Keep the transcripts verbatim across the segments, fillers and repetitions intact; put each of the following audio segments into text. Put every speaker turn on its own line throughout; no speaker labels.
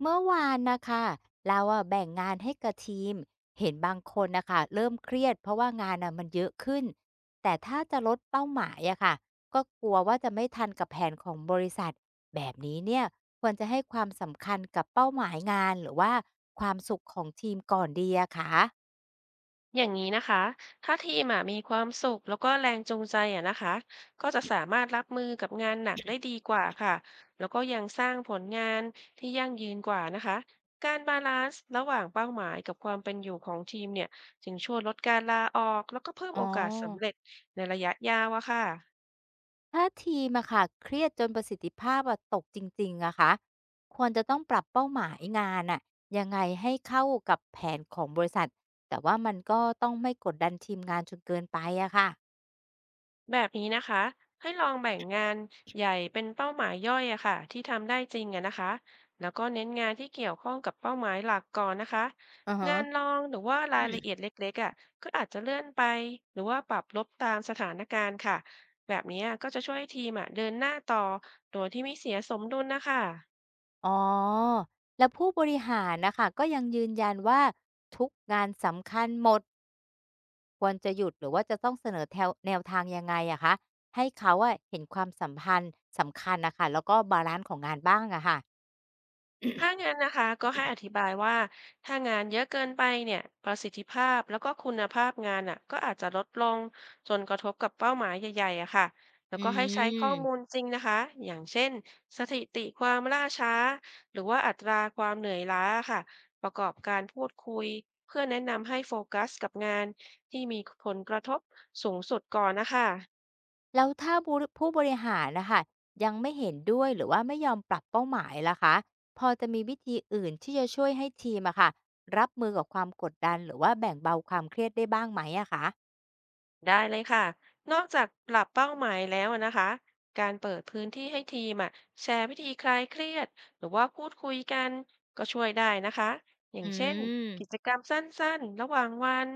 เมื่อวานนะคะเราอะแบ่งงานให้กับทีมเห็นบางคนนะคะเริ่มเครียดเพราะว่างานอะมันเยอะขึ้นแต่ถ้าจะลดเป้าหมายอะค่ะก็กลัวว่าจะไม่ทันกับแผนของบริษัทแบบนี้เนี่ยควรจะให้ความสำคัญกับเป้าหมายงานหรือว่าความสุขของทีมก่อนดีอะค่ะ
อย่างนี้นะคะ ถ้าทีมอะมีความสุขแล้วก็แรงจูงใจอะนะคะ ก็จะสามารถรับมือกับงานหนักได้ดีกว่าค่ะ แล้วก็ยังสร้างผลงานที่ยั่งยืนกว่านะคะ การบาลานซ์ระหว่างเป้าหมายกับความเป็นอยู่ของทีมเนี่ยจึงช่วยลดการลาออกแล้วก็เพิ่ม
อ๋อ
โอกาสสำเร็จในระยะยาวอะค่ะ
ถ้าทีมอะค่ะเครียดจนประสิทธิภาพอะตกจริงๆอะคะควรจะต้องปรับเป้าหมายงานอะยังไงให้เข้ากับแผนของบริษัทแต่ว่ามันก็ต้องไม่กดดันทีมงานจนเกินไปอะค่ะ
แบบนี้นะคะให้ลองแบ่งงานใหญ่เป็นเป้าหมายย่อยอะค่ะที่ทำได้จริงอะนะคะแล้วก็เน้นงานที่เกี่ยวข้องกับเป้าหมายหลักก่อนนะคะ
อือฮะ
งานรองหรือว่ารายละเอียดเล็กๆอะก็อาจจะเลื่อนไปหรือว่าปรับลดตามสถานการณ์ค่ะแบบนี้ก็จะช่วยให้ทีมอะเดินหน้าต่อโดยที่ไม่เสียสมดุลนะคะ
อ๋อแล้วผู้บริหารนะค่ะก็ยังยืนยันว่าทุกงานสำคัญหมดควรจะหยุดหรือว่าจะต้องเสนอแถวแนวทางยังไงอะคะให้เขาอะเห็นความสัมพันธ์สำคัญนะคะแล้วก็บาลันซ์ของงานบ้างอะค่ะ
ถ้างั้นนะคะก็ให้อธิบายว่าถ้างานเยอะเกินไปเนี่ยประสิทธิภาพแล้วก็คุณภาพงานอ่ะก็อาจจะลดลงจนกระทบกับเป้าหมายใหญ่ๆอะค่ะแล้ว
อื
ก็ให้ใช้ข้อมูล
ม
จริงนะคะอย่างเช่นสถิติความล่าช้าหรือว่าอัตราความเหนื่อยล้าค่ะประกอบการพูดคุยเพื่อแนะนำให้โฟกัสกับงานที่มีผลกระทบสูงสุดก่อนนะคะ
แล้วถ้าบูรผู้บริหารนะคะยังไม่เห็นด้วยหรือว่าไม่ยอมปรับเป้าหมายล่ะคะพอจะมีวิธีอื่นที่จะช่วยให้ทีมอะค่ะรับมือกับความกดดันหรือว่าแบ่งเบาความเครียดได้บ้างไหมอะคะ
ได้เลยค่ะนอกจากปรับเป้าหมายแล้วอะนะคะ การเปิดพื้นที่ให้ทีมอะแชร์วิธีคลายเครียดหรือว่าพูดคุยกันก็ช่วยได้นะคะ อย่าง
อื
เช่นกิจ
ม
กรรมสั้นๆระหว่างวัน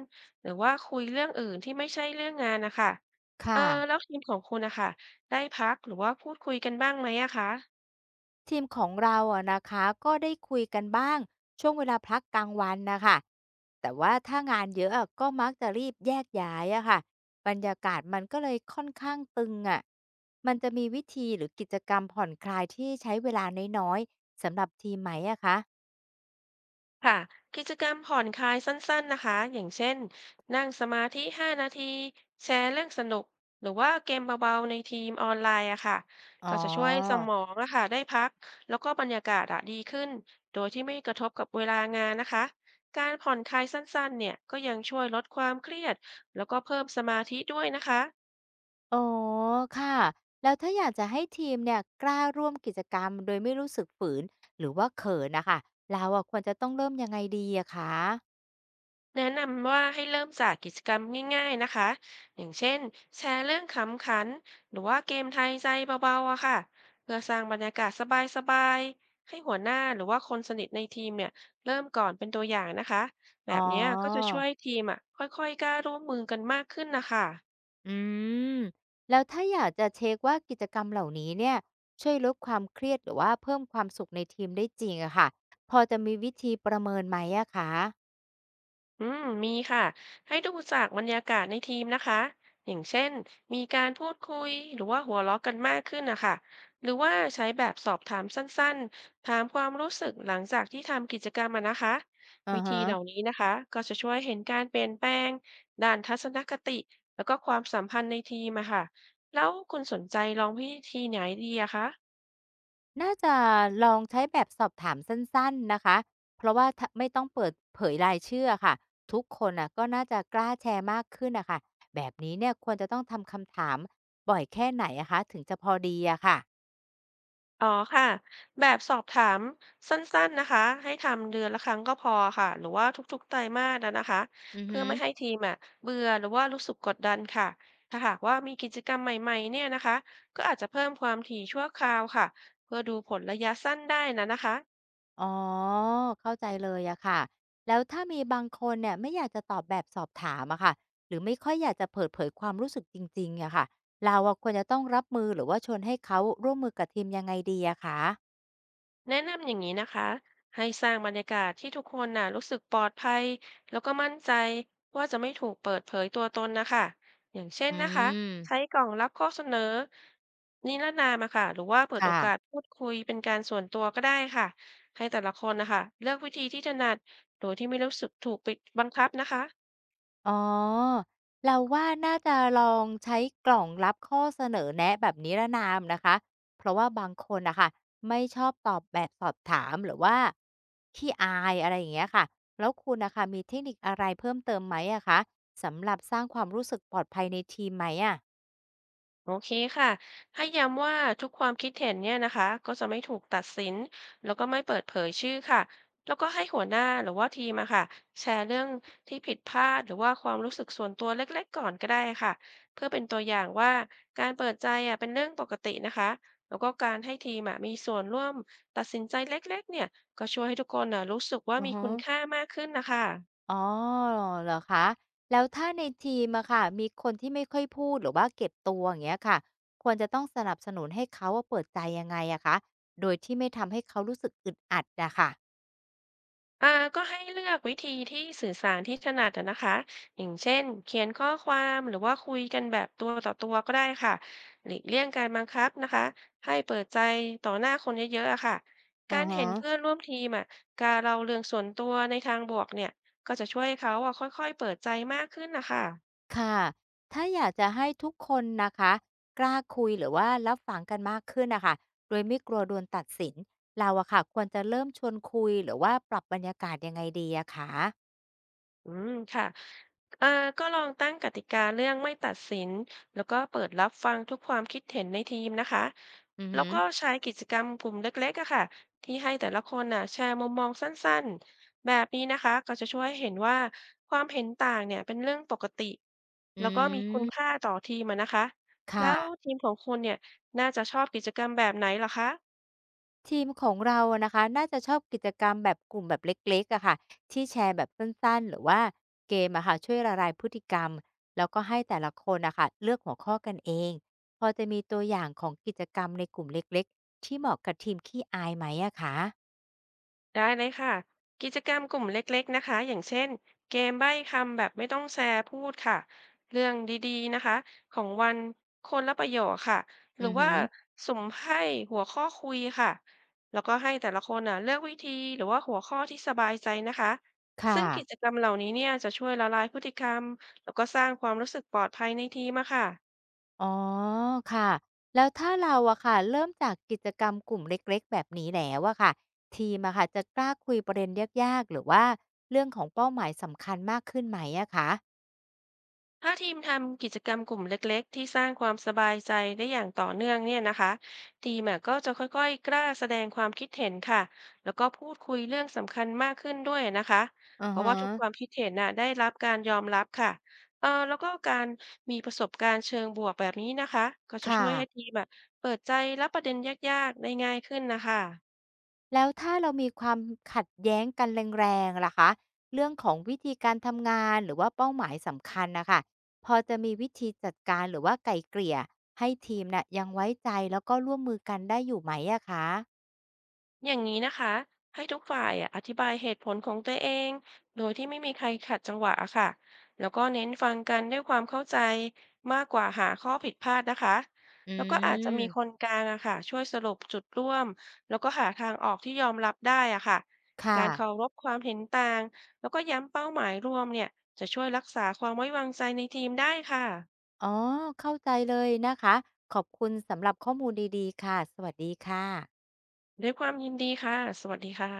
หรือว่าคุยเรื่องอื่นที่ไม่ใช่เรื่องงานนะคะเออ
ค่ะ
แล้วทีมของคุณนะคะได้พักหรือว่าพูดคุยกันบ้างไหมอะคะ
ทีมของเราอะนะคะก็ได้คุยกันบ้างช่วงเวลาพักกลางวันนะคะแต่ว่าถ้างานเยอะอะก็มักจะรีบแยกย้ายอะค่ะบรรยากาศมันก็เลยค่อนข้างตึงอะมันจะมีวิธีหรือกิจกรรมผ่อนคลายที่ใช้เวลาน้อยๆสำหรับทีมไหมอะคะ
ค่ะกิจกรรมผ่อนคลายสั้นๆนะคะอย่างเช่นนั่งสมาธิ ห้า นาทีแชร์เรื่องสนุกหรือว่าเกมเบาๆในทีมออนไลน์อะค่ะ
อ๋อ
ก็จะช่วยสมองอะค่ะได้พักแล้วก็บรรยากาศอะดีขึ้นโดยที่ไม่กระทบกับเวลางานนะคะการผ่อนคลายสั้นๆเนี่ยก็ยังช่วยลดความเครียดแล้วก็เพิ่มสมาธิด้วยนะคะ
อ๋อค่ะแล้วถ้าอยากจะให้ทีมเนี่ยกล้าร่วมกิจกรรมโดยไม่รู้สึกฝืนหรือว่าเขินนะคะเราอะควรจะต้องเริ่มยังไงดีอะคะ
แนะนำว่าให้เริ่มจากกิจกรรมง่ายๆนะคะอย่างเช่นแชร์เรื่องขำขันหรือว่าเกมทายใจเบาๆอะค่ะเพื่อสร้างบรรยากาศสบายๆให้หัวหน้าหรือว่าคนสนิทในทีมเนี่ยเริ่มก่อนเป็นตัวอย่างนะคะแบ
อ๋อ
บเนี้ยก็จะช่วยให้ทีมอะค่อยๆกล้าร่วมมือกันมากขึ้นนะคะ
อืมแล้วถ้าอยากจะเช็คว่ากิจกรรมเหล่านี้เนี่ยช่วยลดความเครียดหรือว่าเพิ่มความสุขในทีมได้จริงอะค่ะพอจะมีวิธีประเมินไหมอะคะ
อืมมีค่ะให้ดูจากบรรยากาศในทีมนะคะอย่างเช่นมีการพูดคุยหรือว่าหัวเราะกันมากขึ้นนะคะหรือว่าใช้แบบสอบถามสั้นๆถามความรู้สึกหลังจากที่ทำกิจกรรมอะนะคะ
อื
วิ
อ
ธี
ฮะ
เหล่านี้นะคะก็จะช่วยเห็นการเปลี่ยนแปลงด้านทัศนคติแล้วก็ความสัมพันธ์ในทีมอะค่ะแล้วคุณสนใจลองวิธีไหนดีอะคะ
น่าจะลองใช้แบบสอบถามสั้นๆนะคะเพราะว่าถ้าไม่ต้องเปิดเผยรายชื่ออะค่ะทุกคนน่ะก็น่าจะกล้าแชร์มากขึ้นนะค่ะแบบนี้เนี่ยควรจะต้องทำคำถามบ่อยแค่ไหนอะคะถึงจะพอดีอะค่ะ
อ๋อค่ะแบบสอบถามสั้นๆนะคะให้ทำเดือนละครั้งก็พอค่ะหรือว่าทุกๆไตรมาสนะนะคะ
อือ
เพื่อ
ฮึ
ไม่ให้ทีมอะเบื่อหรือว่ารู้สึกกดดันค่ะถ้าหากว่ามีกิจกรรมใหม่ๆเนี่ยนะคะก็อาจจะเพิ่มความถี่ชั่วคราวค่ะเพื่อดูผลระยะสั้นได้นะนะคะ
อ๋อเข้าใจเลยอะค่ะแล้วถ้ามีบางคนเนี่ยไม่อยากจะตอบแบบสอบถามอะค่ะหรือไม่ค่อยอยากจะเปิดเผยความรู้สึกจริงๆอะค่ะเราอะควรจะต้องรับมือหรือว่าชวนให้เขาร่วมมือกับทีมยังไงดีอะคะ
แนะนำอย่างนี้นะคะให้สร้างบรรยากาศที่ทุกคนน่ะรู้สึกปลอดภัยแล้วก็มั่นใจว่าจะไม่ถูกเปิดเผยตัวตนนะคะอย่างเช่น
อื
นะคะใช้
ม
กล่องรับข้อเสนอนิรนามอะค่ะหรือว่าเปิดโอ
ค่ะ
กาสพูดคุยเป็นการส่วนตัวก็ได้ค่ะให้แต่ละคนนะคะเลือกวิธีที่ถนัดโดยที่ไม่รู้สึกถูกปิดบังคับนะคะ
อ๋อเราว่าน่าจะลองใช้กล่องรับข้อเสนอแนะแบบนิรนามนะคะเพราะว่าบางคนนะคะไม่ชอบตอบแบบสอบถามหรือว่าขี้อายอะไรอย่างเงี้ยค่ะแล้วคุณนะคะมีเทคนิคอะไรเพิ่มเติมไหมอะคะสำหรับสร้างความรู้สึกปลอดภัยในทีมไหมอะ
โอเคค่ะ ให้ย้ำว่าทุกความคิดเห็นเนี่ยนะคะก็จะไม่ถูกตัดสินแล้วก็ไม่เปิดเผยชื่อค่ะแล้วก็ให้หัวหน้าหรือว่าทีมอะค่ะแชร์เรื่องที่ผิดพลาดหรือว่าความรู้สึกส่วนตัวเล็กๆก่อนก็ได้ค่ะเพื่อเป็นตัวอย่างว่าการเปิดใจอะเป็นเรื่องปกตินะคะแล้วก็การให้ทีมอะมีส่วนร่วมตัดสินใจเล็กๆเนี่ยก็ช่วยให้ทุกคนอะรู้สึกว่า
อือ
มี
ฮึ
คุณค่ามากขึ้นนะคะ
อ๋อเหรอคะแล้วถ้าในทีมอะค่ะมีคนที่ไม่ค่อยพูดหรือว่าเก็บตัวอย่างเงี้ยค่ะควรจะต้องสนับสนุนให้เขาว่าเปิดใจยังไงอะคะโดยที่ไม่ทำให้เขารู้สึกอึดอัดนะคะ
อ่าก็ให้เลือกวิธีที่สื่อสารที่ถนัดอะนะคะอย่างเช่นเขียนข้อความหรือว่าคุยกันแบบตัวต่อตัวก็ได้ค่ะหลีกเลี่ยงการบังคับนะคะให้เปิดใจต่อหน้าคนเยอะๆอะค่ะ
อื
กา
อ
ร
ฮึ
เห็นเพื่อนร่วมทีมอะการเราเรื่องส่วนตัวในทางบวกเนี่ยก็จะช่วยให้เขาอะค่อยๆเปิดใจมากขึ้นนะคะ
ค่ะถ้าอยากจะให้ทุกคนนะคะกล้าคุยหรือว่ารับฟังกันมากขึ้นนะค่ะโดยไม่กลัวโดนตัดสินเราอะค่ะควรจะเริ่มชวนคุยหรือว่าปรับบรรยากาศยังไงดีอะคะ
อืมค่ะเอ่อก็ลองตั้งกติกาเรื่องไม่ตัดสินแล้วก็เปิดรับฟังทุกความคิดเห็นในทีมนะคะ
อือ
แล้ว
ฮึ
ก็ใช้กิจกรรมกลุ่มเล็กๆอะค่ะที่ให้แต่ละคนน่ะแชร์มุมมองสั้นๆ แบบนี้นะคะก็จะช่วยให้เห็นว่าความเห็นต่างเนี่ยเป็นเรื่องปกติ
อื
แล้วก็มีคุณ
ม
ค่าต่อทีมอะนะคะแล้
ค่ะ
วทีมของคุณเนี่ยน่าจะชอบกิจกรรมแบบไหนหรอคะ
ทีมของเราอะนะคะน่าจะชอบกิจกรรมแบบกลุ่มแบบเล็กๆอะค่ะที่แชร์แบบสั้นๆหรือว่าเกมอะค่ะช่วยละลายพฤติกรรมแล้วก็ให้แต่ละคนอะค่ะเลือกหัวข้อกันเองพอจะมีตัวอย่างของกิจกรรมในกลุ่มเล็กๆที่เหมาะกับทีมขี้อายไหมอะคะ
ได้เลยค่ะกิจกรรมกลุ่มเล็กๆนะคะอย่างเช่นเกมใบ้คำแบบไม่ต้องแชร์พูดค่ะเรื่องดีๆนะคะของวันคนละประโยคค่ะห
อื
รือ
อ
ว่า
หืึ
สุ่มไพ่หัวข้อคุยค่ะแล้วก็ให้แต่ละคนอ่ะเลือกวิธีหรือว่าหัวข้อที่สบายใจนะคะซึ่
ค่ะ
งกิจกรรมเหล่านี้เนี่ยจะช่วยละลายพฤติกรรมแล้วก็สร้างความรู้สึกปลอดภัยในทีมอะค่ะ
อ๋อค่ะแล้วถ้าเราอะค่ะเริ่มจากกิจกรรมกลุ่มเล็กๆแบบนี้แล้วอะค่ะทีมอะค่ะจะกล้าคุยประเด็นยากๆหรือว่าเรื่องของเป้าหมายสำคัญมากขึ้นไหมอะคะ
ถ้าทีมทำกิจกรรมกลุ่มเล็กๆที่สร้างความสบายใจได้อย่างต่อเนื่องเนี่ยนะคะทีมอะก็จะค่อยๆกล้าแสดงความคิดเห็นค่ะแล้วก็พูดคุยเรื่องสำคัญมากขึ้นด้วยนะคะ
อ
เพ
อฮ
ราะว่าทุกความ
ะ
คิดเห็นน่ะได้รับการยอมรับค่ะเออแล้วก็การมีประสบการณ์เชิงบวกแบบนี้นะคะก็จะช่
ค่ะ
วยให้ทีมอะเปิดใจรับประเด็นยากๆได้ง่ายขึ้นนะคะ
แล้วถ้าเรามีความขัดแย้งกันแรงๆล่ะคะเรื่องของวิธีการทำงานหรือว่าเป้าหมายสำคัญนะคะพอจะมีวิธีจัดการหรือว่าไกล่เกลี่ยให้ทีมน่ะยังไว้ใจแล้วก็ร่วมมือกันได้อยู่ไหมอะคะ
อย่างนี้นะคะให้ทุกฝ่ายอะอธิบายเหตุผลของตัวเองโดยที่ไม่มีใครขัดจังหวะอะค่ะแล้วก็เน้นฟังกันด้วยความเข้าใจมากกว่าหาข้อผิดพลาดนะคะ
อื
แล้วก็อาจจะมีค
ม
นกลางอะค่ะช่วยสรุปจุดร่วมแล้วก็หาทางออกที่ยอมรับได้อะค่ะ
ค
การเคา
่ะ
รพความเห็นต่างแล้วก็ย้ำเป้าหมายร่วมเนี่ยจะช่วยรักษาความไว้วางใจในทีมได้ค่ะ
อ๋อเข้าใจเลยนะคะ ขอบคุณสำหรับข้อมูลดีๆ ค่ะ สวัสดีค่ะ
ด้วยความยินดีค่ะสวัสดีค่ะ